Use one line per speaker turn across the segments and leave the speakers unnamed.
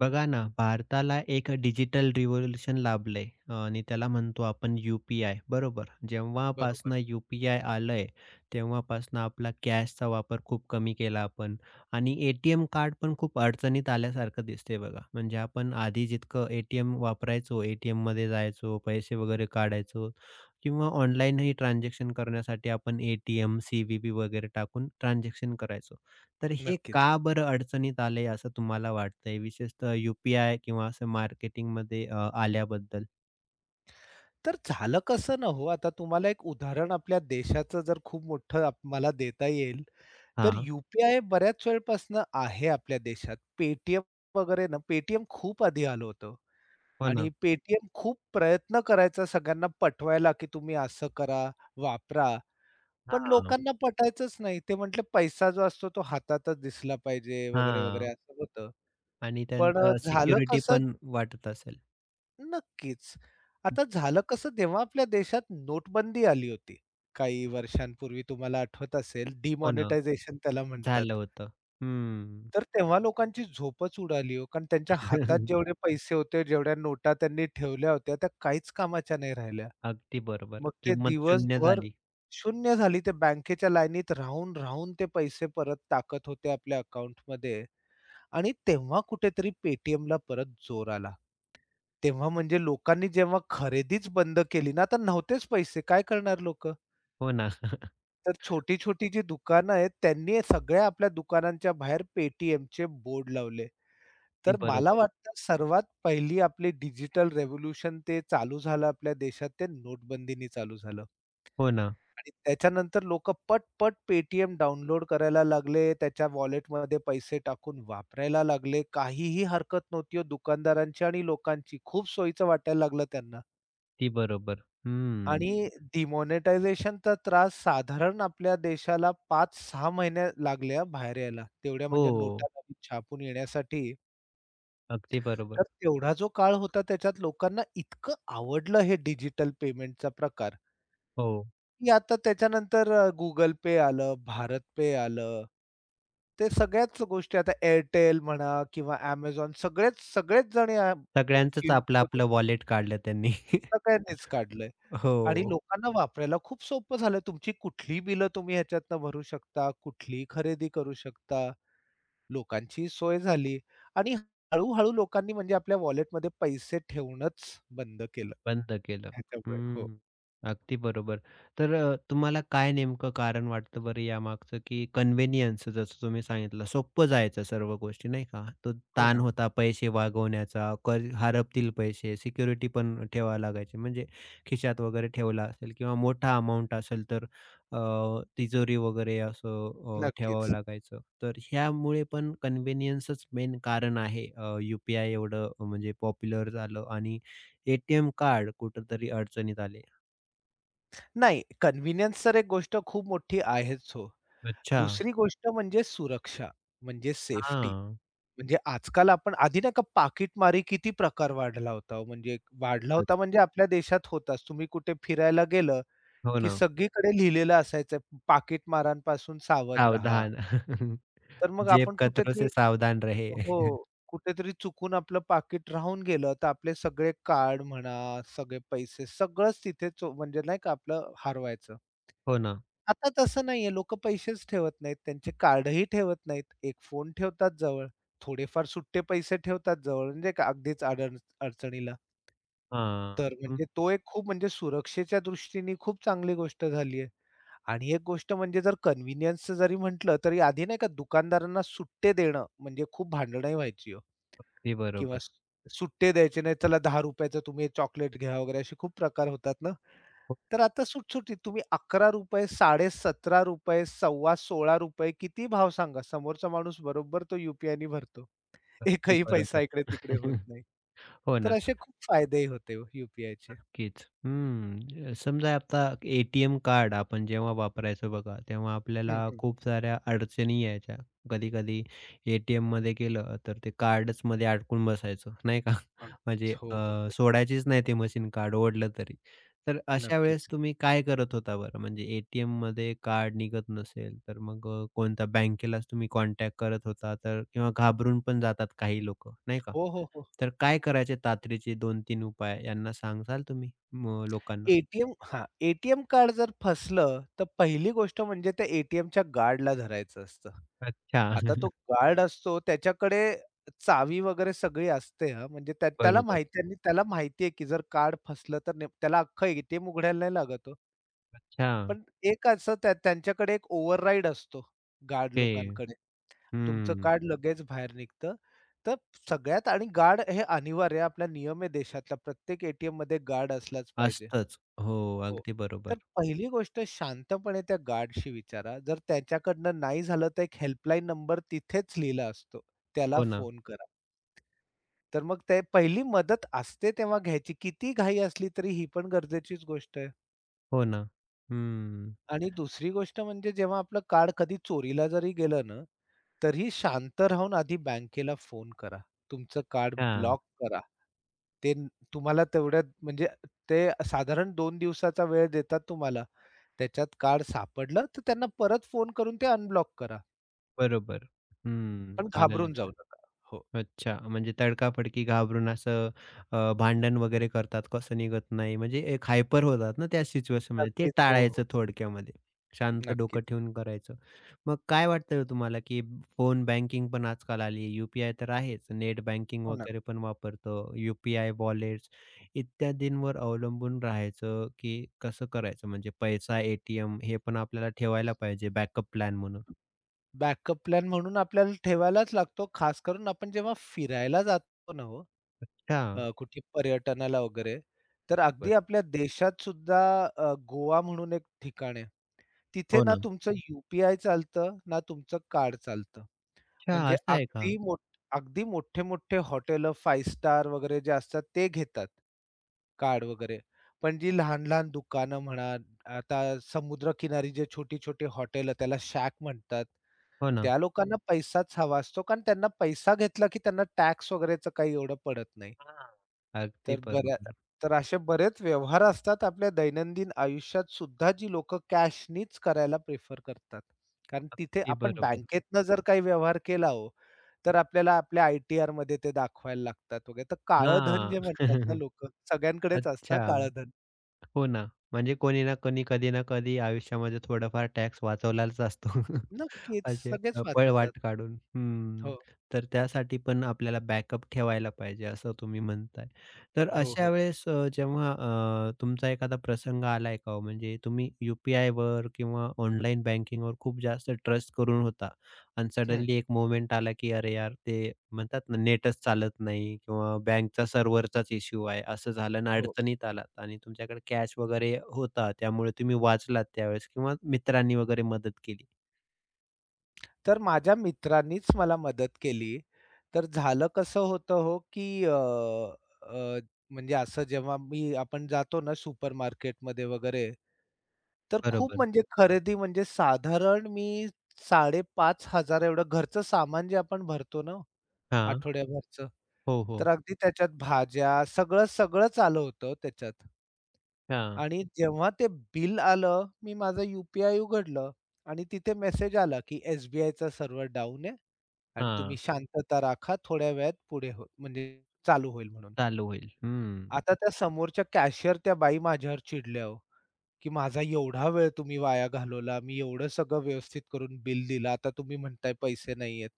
बघा ना, भारताला एक डिजिटल रिव्होल्यूशन लाभलंय आणि त्याला म्हणतो आपण यू-पी-आय बरोबर.
बरोबर,
जेव्हापासनं यू-पी-आय आलंय, तेव्हापासनं आपला कॅशचा वापर खूप कमी केला आपण आणि ए कार्ड पण खूप अडचणीत आल्यासारखं दिसतंय बघा. म्हणजे आपण आधी जितकं ए वापरायचो, ए टी जायचो, पैसे वगैरे काढायचो किंवा ऑनलाईनही ट्रान्झॅक्शन करण्यासाठी आपण ए टी वगैरे टाकून ट्रान्झॅक्शन करायचो. तर हे
नक्कीच.
का बरं अडचणीत आले असं तुम्हाला वाटतंय? विशेषतः यू-पी-आय किंवा असं मार्केटिंगमध्ये आल्याबद्दल?
तर झालं कसं ना हो, आता तुम्हाला एक उदाहरण आपल्या देशाचं जर खूप मोठं मला देता येईल, तर
हां,
यू-पी-आय बऱ्याच वेळपासनं आहे आपल्या देशात. पेटीएम वगैरे ना, पेटीएम खूप आधी आलं होतं
हो
आणि
ना.
पेटीएम खूप प्रयत्न करायचा सगळ्यांना पटवायला, की तुम्ही असं करा, वापरा. पण
हां,
लोकांना पटायचंच नाही. ते म्हटले पैसा जो असतो तो हातातच दिसला पाहिजे वगैरे, वगैरे
हां.
असं होतं.
आणि
पण
त्यांचं
झालं
सिक्युरिटी
कसं
पण वाटत असेल.
नक्कीच. आता झालं कसं तेव्हा आपल्या देशात नोटबंदी आली होती. काही वर्षांपूर्वी तुम्हाला आठवत असेल
हो ना,
डिमॉनिटायझेशन त्याला म्हणतात.
झालं होतं. हं.
तर तेव्हा लोकांची झोपच उडाली हो, कारण त्यांच्या हातात जेवढे पैसे होते, जेवढ्या नोटा त्यांनी ठेवल्या होत्या त्या काहीच कामाच्या नाही राहिल्या.
अगदी बरोबर.
मग ते
किंमत शून्य
दिवसभर
झाली.
शून्य झाली. ते बँकेच्या लाईनीत राहून ते पैसे परत टाकत होते आपल्या अकाउंटमध्ये आणि तेव्हा कुठेतरी Paytmला परत जोर आला. तेव्हा म्हणजे लोकांनी जेव्हा खरेदीच बंद केली ना, तर नव्हतेच पैसे काय करणार लोक?
हो ना.
तर छोटी-छोटी जी दुकानं आहेत, त्यांनी सगळ्या आपल्या दुकानांच्या बाहेर Paytmचे बोर्ड लावले.
ती
तर मला
बरोबर.
वाटतं सर्वात पहिली आपली डिजिटल रिव्होल्यूशन ते चालू झालं आपल्या देशात ते नोटबंदीनी चालू झालं.
हो ना,
आणि त्याच्यानंतर लोकं पट-पट पेटीएम डाउनलोड करायला लागले, त्याच्या वॉलेटमध्ये पैसे टाकून वापरायला लागले. काहीही हरकत नव्हती हो दुकानदारांची आणि लोकांची. खूप सोयीचं वाटायला लागलं त्यांना.
ती बरोबर. हं.
आणि डिमॉनिटायझेशनचा त्रास साधारण आपल्या देशाला 5-6 महिने लागले हां, बाहेर यायला. तेवढ्या
हो,
म्हणजे नोटा नवीन छापून येण्यासाठी.
अगदी
तर
बरोबर.
तेवढा जो काळ होता त्याच्यात लोकांना इतकं आवडलं हे डिजिटल पेमेंटचा प्रकार,
हो.
की आता त्याच्यानंतर Google Pay आलं, भारत पे आलं. ते सगळ्याच गोष्टी आता Airtel म्हणा किंवा Amazon सगळेच सगळेच जण या
सगळ्यांचंच
फील्डमध्ये
आपलं-आपलं वॉलेट काढलं त्यांनी.
सगळ्यांनीच काढलंय. आणि
हो.
लोकांना वापरायला खूप सोपं झालं. तुमची कुठली बिलं तुम्ही ह्याच्यातनं भरू शकता, कुठली खरेदी करू शकता. लोकांची सोय झाली आणि हळू-हळू लोकांनी म्हणजे आपल्या वॉलेटमध्ये पैसे ठेवणंच बंद केलं
बंद केलं.
ह्याच्यामुळे. हो,
हं. अगदी बरोबर. तर तुम्हाला काय नेमकं कारण वाटतं बरं यामागचं, की कन्व्हिनियन्स जसं तुम्ही सांगितलं, सोपं जायचं सर्व गोष्टी नाही का? तो
हो ना.
ताण होता पैसे वागवण्याचा, कर हरपतील पैसे, सिक्युरिटी पण ठेवावी लागायची. म्हणजे खिशात वगैरे ठेवला असेल किंवा मोठा अमाउंट असेल तर अ, तिजोरी वगैरे असं ठेवावं
नक्कीच.
लागायचं. तर ह्यामुळे पण कन्व्हिनियन्सच मेन कारण आहे. युपीआय एवढं यू पी म्हणजे पॉप्युलर झालं आणि ए कार्ड कुठेतरी अडचणीत आले.
नाही, कन्व्हिनियन्स तर एक गोष्ट खूप मोठी आहेच हो.
अच्छा.
दुसरी गोष्ट म्हणजे सुरक्षा, म्हणजे सेफ्टी.
हां.
म्हणजे आजकाल आपण आधी नाही का पाकीटमारी किती प्रकार वाढला होता हो. म्हणजे वाढला होता
खूपच.
म्हणजे आपल्या देशात होताच. तुम्ही कुठे फिरायला गेलं
हो
की
ना.
सगळीकडे लिहिलेलं असायचं पाकीटमारांपासून सावध राहा.
सावधान.
तर मग
जेब
आपण
कचरों
कुठेतरी
से सावधान रहे.
हो. कुठेतरी चुकून आपलं पाकिट राहून गेलं, तर आपले सगळे कार्ड म्हणा, सगळे पैसे सगळंच तिथेच हो, म्हणजे नाही का आपलं हरवायचं.
हो ना.
आता तसं नाहीये. लोकं पैसेच ठेवत नाहीत. त्यांचे कार्डही ठेवत नाहीत. एक फोन ठेवतात जवळ. थोडेफार सुट्टे पैसे ठेवतात जवळ म्हणजे का अगदीच अडचणीला.
हां.
तर
हं.
म्हणजे तो एक खूप म्हणजे सुरक्षेच्या दृष्टीने खूप चांगली गोष्ट झालीये. आणि एक गोष्ट म्हणजे जर कन्व्हिनियन्सचं जरी म्हटलं, तरी आधी नाही का दुकानदारांना सुट्टे देणं म्हणजे खूप भांडणंही व्हायची हो
अगदी
किंवा
बरोबर.
सुट्टे द्यायचे नाही. चला ₹10 तुम्ही चॉकलेट घ्या वगैरे असे खूप प्रकार होतात ना.
हो,
तर आता सुटसुटीत तुम्ही ₹11, ₹17.50, ₹15, ₹16 कितीही भाव सांगा. समोरचा माणूस बरोबर तो यू भरतो.
अगदी
एकही पैसा
बरोबर.
इकडे-तिकडे होत नाही.
हो
तर
ना.
असे खूप फायदेही होते युपीआयचे. हो यू-पी-आयचे.
नक्कीच. हं. समजा आता ए-टी-एम कार्ड आपण जेव्हा वापरायचो बघा, तेव्हा
हं,
आपल्याला
हं.
खूप साऱ्या अडचणी यायच्या. कधी-कधी ए-टी-एममध्ये गेलं, तर ते कार्डच मध्ये अडकून बसायचं, नाही का? म्हणजे
अगदीच. हो, हो, हो.
सोडायचीच नाही ते मशीन कार्ड ओढलं तरी. तर अशा वेळेस
नक्कीच.
तुम्ही काय करत होता बरं? म्हणजे ए टी कार्ड निघत नसेल, तर मग कोणत्या बँकेलाच तुम्ही कॉन्टॅक्ट करत होता तर किंवा घाबरून पण जातात काही लोकं, नाही का?
हो, हो, हो.
तर काय करायचे तातडीचे 2-3 उपाय यांना सांगाल तुम्ही म लोकांना?
ए-टी-एम हां, ए-टी-एम कार्ड जर फसलं, तर पहिली गोष्ट म्हणजे त्या ए-टी-एमच्या गार्डला धरायचं असतं.
अच्छा.
आता तो गार्ड असतो त्याच्याकडे चावी वगैरे सगळी असते हां, म्हणजे त्याला
बरोबर.
माहिती आहे आणि त्याला माहिती आहे, की जर कार्ड फसलं तर नेम त्याला अख्खं ए उघडायला नाही लागत हो.
अच्छा.
पण एक असं त्यांच्याकडे एक ओव्हरराईड असतो गार्ड
ते
लोकांकडे. तुमचं
हं.
कार्ड लगेच बाहेर निघतं. तर सगळ्यात आणि गार्ड हे अनिवार्य आहे. आपला नियम आहे देशातला. प्रत्येक ए टी गार्ड असलाच पाहिजे.
असतंच. हो,
हो.
अगदी बरोबर.
तर पहिली गोष्ट शांतपणे त्या गार्डशी विचारा. जर त्याच्याकडनं नाही झालं तर एक हेल्पलाईन नंबर तिथेच लिहिला असतो. त्याला
हो ना,
फोन करा. तर मग ते पहिली मदत असते तेव्हा घ्यायची. किती घाई असली तरी ही पण गरजेचीच गोष्ट आहे.
हो ना. हं.
आणि दुसरी गोष्ट म्हणजे जेव्हा आपलं कार्ड कधी चोरीला जरी गेलं ना, तरीही शांत राहून आधी बँकेला फोन करा. तुमचं कार्ड
हां.
ब्लॉक करा. ते न- तुम्हाला तेवढ्यात म्हणजे ते साधारण 2 दिवसाचा वेळ देतात तुम्हाला. त्याच्यात कार्ड सापडलं, तर त्यांना परत फोन करून ते अनब्लॉक करा.
बरोबर. हं.
पण
आलं
घाबरून जाऊ
लक्षात.
नका. हो.
अच्छा, म्हणजे तडकाफडकी घाबरून असं भांडण वगैरे करतात, कसं निघत नाही, म्हणजे एक हायपर होतात ना त्या सिच्युएशनमध्ये, ते
नक्कीच. हो, हो.
टाळायचं थोडक्यामध्ये. शांत डोकं
नक्कीच.
ठेवून करायचं. मग काय वाटतं हो तुम्हाला, की फोन बँकिंग पण आजकाल आली आहे, तर आहेच, नेट बँकिंग
हो ना.
वगैरे पण वापरतो, यू वॉलेट्स इत्यादींवर अवलंबून राहायचं, की कसं करायचं? म्हणजे पैसा, ए हे पण आपल्याला ठेवायला पाहिजे बॅकअप प्लॅन म्हणून.
बॅकअप प्लॅन म्हणून आपल्याला ठेवायलाच लागतो. खास करून आपण जेव्हा फिरायला जातो ना हो,
अच्छा,
कुठे पर्यटनाला वगैरे, तर अगदी
बरं.
आपल्या देशात सुद्धा गोवा म्हणून एक ठिकाण आहे. तिथे
हो
ना
ना.
तुमचं यू चालतं, ना तुमचं कार्ड चालतं.
अच्छा,
म्हणजे
असं आहे का?
अगदी मोठे-मोठे हॉटेलं 5 स्टार वगैरे जे असतात ते घेतात, कार्ड वगैरे. पण जी लहान-लहान दुकानं म्हणा, आता समुद्रकिनारी जे छोटी-छोटी हॉटेलं त्याला शॅक म्हणतात.
हो ना.
त्या लोकांना पैसाच हवा असतो, कारण त्यांना पैसा घेतला की त्यांना टॅक्स वगैरेचं काही एवढं पडत नाही.
हां. अगदी
तर बऱ्या
बरोबर.
तर असे बरेच व्यवहार असतात आपल्या दैनंदिन आयुष्यात सुद्धा जी लोकं कॅशनीच करायला प्रिफर करतात. कारण तिथे
अगदी
आपण
बरोबर.
बँकेतनं जर काही व्यवहार केला हो, तर आपल्याला आपल्या आय-टी-आरमध्ये ते दाखवायला लागतात वगैरे. तर काळं धन
हां.
जे म्हणतात ना लोकं, सगळ्यांकडेच असतं
अच्छा.
काळं धन.
हो ना. म्हणजे कोणी ना कोणी, कधी ना कधी आयुष्यामध्ये थोडाफार टॅक्स वाचवलेलाच असतो.
नक्कीच,
असे
सगळेच वाचवतात.
पळवाट काढून. हं.
हो,
तर त्यासाठी पण आपल्याला बॅकअप ठेवायला पाहिजे असं तुम्ही म्हणताय. तर
हो,
अशा
हो.
वेळेस जेव्हा तुमचा एखादा प्रसंग आलाय का हो? म्हणजे तुम्ही यू-पी-आयवर किंवा ऑनलाईन बँकिंगवर खूप जास्त ट्रस्ट करून होता आणि
हं,
सडनली एक मोमेंट आला, की "अरे यार, ते म्हणतात ना नेटच चालत नाही किंवा बँकचा सर्व्हरचाच इश्यू आहे." असं झालं आणि
हो.
अडचणीत आलात आणि तुमच्याकडे कॅश वगैरे होता त्यामुळे तुम्ही वाचलात त्यावेळेस किंवा मित्रांनी वगैरे मदत केली.
तर माझ्या मित्रांनीच मला मदत केली. तर झालं कसं होतं हो, की अ, अ, म्हणजे असं जेव्हा मी आपण जातो ना सुपरमार्केटमध्ये वगैरे, तर खूप
बरोबर.
म्हणजे खरेदी म्हणजे साधारण मी 5,500 एवढं घरचं सामान जे आपण भरतो ना
हां.
आठवड्याभरचं
हो, हो.
तर अगदी त्याच्यात भाज्या सगळं, सगळंच आलं होतं त्याच्यात.
हां,
आणि जेव्हा ते बिल आलं, मी माझं यू पी उघडलं आणि तिथे मेसेज आला, की एस चा आयचा सर्व्हर डाउन आहे आणि तुम्ही
हां.
शांतता राखा. थोड्या वेळात पुढे हो म्हणजे चालू होईल म्हणून.
चालू होईल. हं.
आता त्या समोरच्या कॅशियर त्या बाई माझ्यावर चिडल्या हो, की माझा एवढा वेळ तुम्ही वाया घालवला. मी एवढं सगळं व्यवस्थित करून बिल दिलं. आता तुम्ही म्हणताय पैसे नाहीयेत.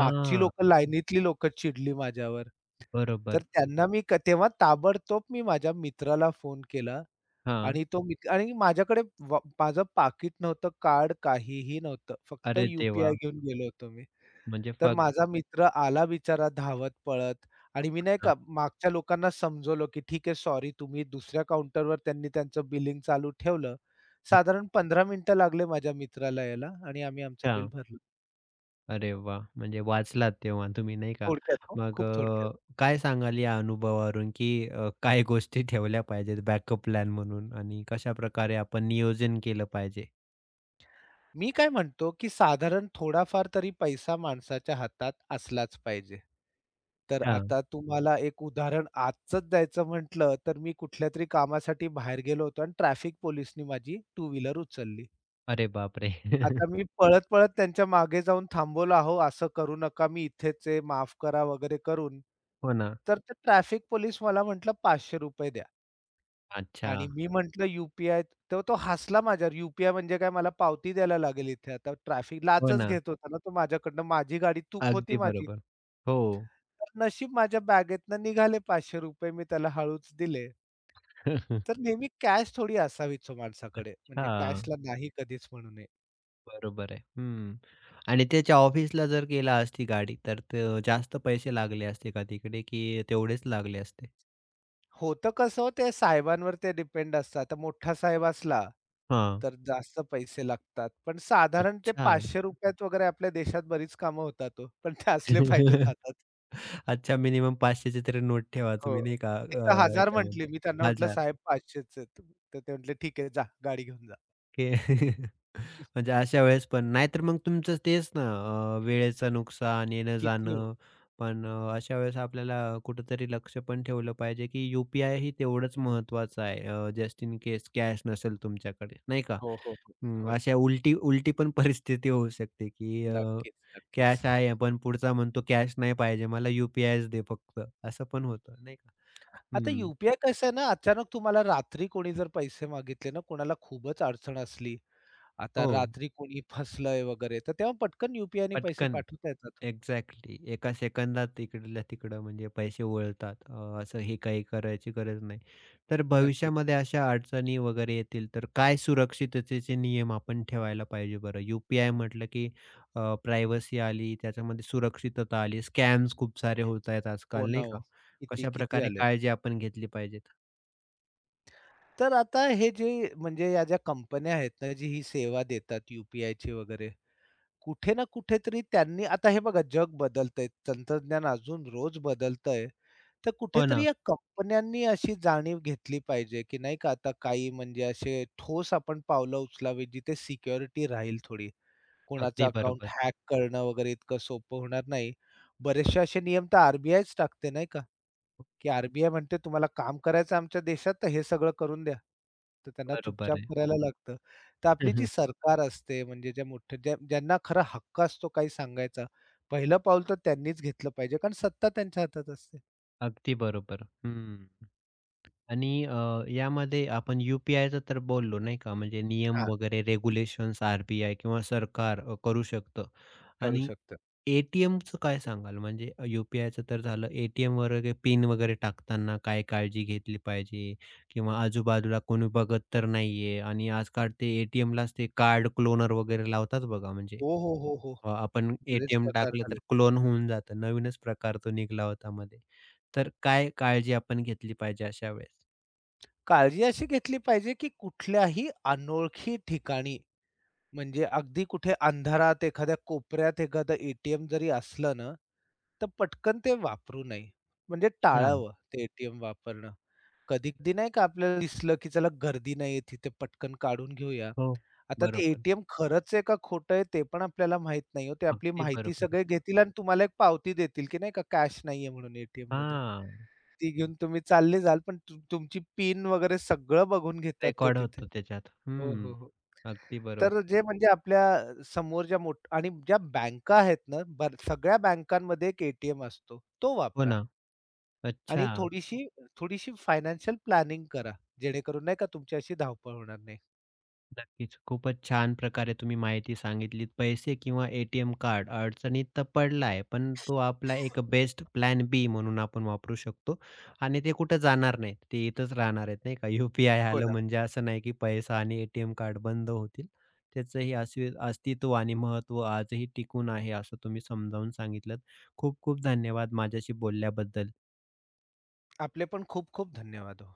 मागची लोकं, लाईनीतली लोकं चिडली माझ्यावर.
बरोबर.
तर त्यांना मी क तेव्हा ताबडतोब मी माझ्या मित्राला फोन केला
हां.
आणि तो मित्र आणि माझ्याकडे माझं पाकीट नव्हतं, कार्ड काहीही नव्हतं. फक्त
अरे
यू
देवा!
घेऊन गेलो होतो मी.
म्हणजे
तर
फक्त
माझा मित्र आला बिचारा धावत पळत आणि मी नाही का मागच्या लोकांना समजवलं, की "ठीक आहे, सॉरी." तुम्ही दुसऱ्या काउंटरवर त्यांनी त्यांचं बिलिंग चालू ठेवलं. साधारण 15 मिनिटं लागले माझ्या मित्राला यायला आणि आम्ही आमचं बिल
अच्छा.
भरलं.
अरे वाह! म्हणजे वाचलात तेव्हा तुम्ही नाही का?
थोडक्यात हो,
मग
खूप थोडक्यात.
काय सांगाल या अनुभवावरून, की काय गोष्टी ठेवल्या पाहिजेत बॅकअप प्लॅन म्हणून आणि कशाप्रकारे आपण नियोजन केलं पाहिजे?
मी काय म्हणतो, की साधारण थोडाफार तरी पैसा माणसाच्या हातात असलाच पाहिजे. तर
हां.
आता तुम्हाला एक उदाहरण आजचंच द्यायचं म्हटलं, तर मी कुठल्यातरी कामासाठी बाहेर गेलो होतो आणि ट्रॅफिक पोलिसनी माझी टू व्हीलर उचलली.
अरे बापरे!
आता मी पळत-पळत त्यांच्या मागे जाऊन थांबवलं, "अहो, असं करू नका, मी इथेच आहे, माफ करा" वगैरे करून.
हो ना.
तर ते ट्रॅफिक पोलीस मला म्हटला, "₹500 द्या."
अच्छा.
आणि मी म्हटलं यू तर तो हसला माझ्यावर. यू पी म्हणजे काय मला पावती द्यायला लागेल इथे आता ट्रॅफिक
हो
लाचच
ना.
घेत होता ना तो माझ्याकडनं. माझी गाडी तूक होती
अगदी
माझी.
बरोबर. हो.
तर नशीब माझ्या बॅगेतनं निघाले ₹500 मी त्याला हळूच दिले. तर नेहमी कॅश थोडी असावीच हो माणसाकडे. म्हणजे
हां.
कॅशला नाही कधीच म्हणू नये.
बरोबर आहे. हं. आणि त्याच्या ऑफिसला जर गेला असती गाडी, तर ते जास्त पैसे लागले असते का तिकडे, की तेवढेच लागले असते?
होतं कसं हो, ते साहेबांवर ते डिपेंड असतं. आता मोठा साहेब असला,
हां.
तर जास्त पैसे लागतात. पण साधारण ते
अच्छा.
₹500 त वगैरे आपल्या देशात बरीच कामं होतात हो. पण ते असले पाहिजेत हातात.
अच्छा मिनिमम 500ची तरी नोट ठेवा
हो.
तुम्ही नाही का
ते तर 1000
ह्याच्यामध्ये.
म्हटले. मी त्यांना म्हटलं,
1000
"साहेब 500च आहेत." तर ते म्हटले, "ठीक आहे, जा गाडी घेऊन जा."
ओके. म्हणजे अशा वेळेस पण नाहीतर मग तुमचं तेच ना वेळेचं नुकसान,
किती हो.
येणं-जाणं. पण अशा वेळेस आपल्याला कुठेतरी लक्ष पण ठेवलं पाहिजे, की यू ही तेवढंच महत्त्वाचं आहे. जस्ट इन केस कॅश नसेल तुमच्याकडे, नाही का?
हो, हो, हो.
हं,
हो.
अशा उलटी उलटी पण परिस्थिती होऊ शकते, की
नक्कीच.
कॅश आहे, पण पुढचा म्हणतो कॅश नाही पाहिजे मला यू दे फक्त, असं पण होतं, नाही का?
आता यू
हं.
कसं आहे ना, अचानक तुम्हाला रात्री कोणी जर पैसे मागितले ना, कोणाला खूपच अडचण असली आता
हो,
रात्री कोणी फसलंय वगैरे, तर तेव्हा पटकन यू-पी-आयने पैसे
पटकन.
पाठवता येतात हो.
एक्झॅक्टली. एका सेकंदात इकडल्या तिकडं म्हणजे पैसे वळतात. असं हे काही करायची गरज नाही. तर
नक्की.
भविष्यामध्ये अशा अडचणी वगैरे येतील, तर काय सुरक्षिततेचे नियम आपण ठेवायला पाहिजे बरं? यू-पी-आय म्हटलं की प्रायव्हसी आली, त्याच्यामध्ये सुरक्षितता आली. स्कॅम्स खूप सारे होत आहेत
हो
आजकाल
ना
नाही
हो.
का?
किती, किती
कशाप्रकारे
आलेत.
काळजी आपण घेतली पाहिजेत?
तर आता हे जे म्हणजे या ज्या कंपन्या आहेत ना, जी ही सेवा देतात यू-पी-आयची वगैरे, कुठे ना कुठेतरी त्यांनी आता हे बघा जग बदलतंय, तंत्रज्ञान अजून रोज बदलतंय. तर
हो
कुठेतरी
ना.
या कंपन्यांनी अशी जाणीव घेतली पाहिजे, की नाही का आता काही म्हणजे असे ठोस आपण पावलं उचलावी, जिथे सिक्युरिटी राहील थोडी. कोणाचं
अगदी
अकाउंट
बरोबर.
हॅक करणं वगैरे इतकं सोपं होणार नाही. बरेचसे असे नियम तर आर बी टाकते नाही का, की आर बी म्हणते तुम्हाला काम करायचं आहे आमच्या देशात तर हे सगळं करून द्या. तर त्यांना
बरोबर
चुपचाप
आहे.
करायला लागतं. तर आपली जी सरकार असते म्हणजे ज्या मोठ्या ज्यांना खरा हक्क असतो काही सांगायचा, पहिलं पाऊल तर त्यांनीच घेतलं पाहिजे कारण सत्ता त्यांच्या हातात असते.
अगदी बरोबर. हं. आणि यामध्ये आपण यू तर बोललो नाही का, म्हणजे नियम
हां,
वगैरे रेग्युलेशन्स आर बी किंवा सरकार करू शकतं
करू
आणि
शकतात.
ए टी काय सांगाल? म्हणजे यू-पी-आयचं तर झालं, ए-टी-एम वगैरे पिन वगैरे टाकताना काय काळजी घेतली पाहिजे? किंवा आजूबाजूला कोणी बघत तर नाहीये आणि आजकाल ते ए ते कार्ड क्लोनर वगैरे लावतात बघा, म्हणजे
हो.
आपण ए
बरेच प्रकार
टाकलं तर
झाले.
क्लोन होऊन जातं. नवीनच प्रकार तो निघाला होता मध्ये. तर काय काळजी आपण घेतली पाहिजे अशा वेळेस?
काळजी अशी घेतली पाहिजे की कुठल्याही अनोळखी ठिकाणी म्हणजे अगदी कुठे अंधारात, एखाद्या कोपऱ्यात एखादं ए-टी-एम जरी असलं ना, तर पटकन ते वापरू नये. म्हणजे टाळावं ते ए वापरणं. कधी-कधी नाही का आपल्याला दिसलं, की चला गर्दी नाहीये तिथे पटकन काढून घेऊया.
हो,
आता ते
बरोबर.
ए खरंच आहे का खोटं आहे ते पण आपल्याला माहीत नाही हो. ते आपली
अगदी
माहिती
बरोबर.
सगळे घेतील आणि तुम्हाला एक पावती देतील, की नाही का कॅश नाहीये म्हणून ए टी
हां,
ती घेऊन तुम्ही चालले जाल, पण तुमची पिन वगैरे सगळं बघून घेतात ते
रेकॉर्ड
तिथे.
होतो त्याच्यात.
हो, हो,
हं,
हो.
अगदी बरोबर.
तर जे म्हणजे आपल्या समोर ज्या मोठ आणि ज्या बँका आहेत ना, बर सगळ्या बँकांमध्ये एक ए असतो. तो
हो
वापरा
ना. अच्छा.
आणि थोडीशी थोडीशी फायनान्शियल प्लॅनिंग करा. जेणेकरून नाही का तुमची अशी धावपळ होणार नाही.
नक्कीच. खूपच छान प्रकारे तुम्ही माहिती सांगितली पैसे किंवा ए कार्ड अडचणीत तर पडलाय, पण तो आपला एक बेस्ट प्लॅन बी म्हणून आपण वापरू शकतो आणि ते कुठं जाणार नाहीत. ते इथंच राहणार आहेत नाही का. यू-पी-आय
हो
आलं
ना.
म्हणजे असं नाही की पैसा आणि ए कार्ड बंद होतील. त्याचंही अस्वि अस्तित्व आणि महत्त्व आजही टिकून आहे असं तुम्ही समजावून सांगितलंत. खूप खूप धन्यवाद माझ्याशी बोलल्याबद्दल.
आपले पण खूप खूप धन्यवाद हो.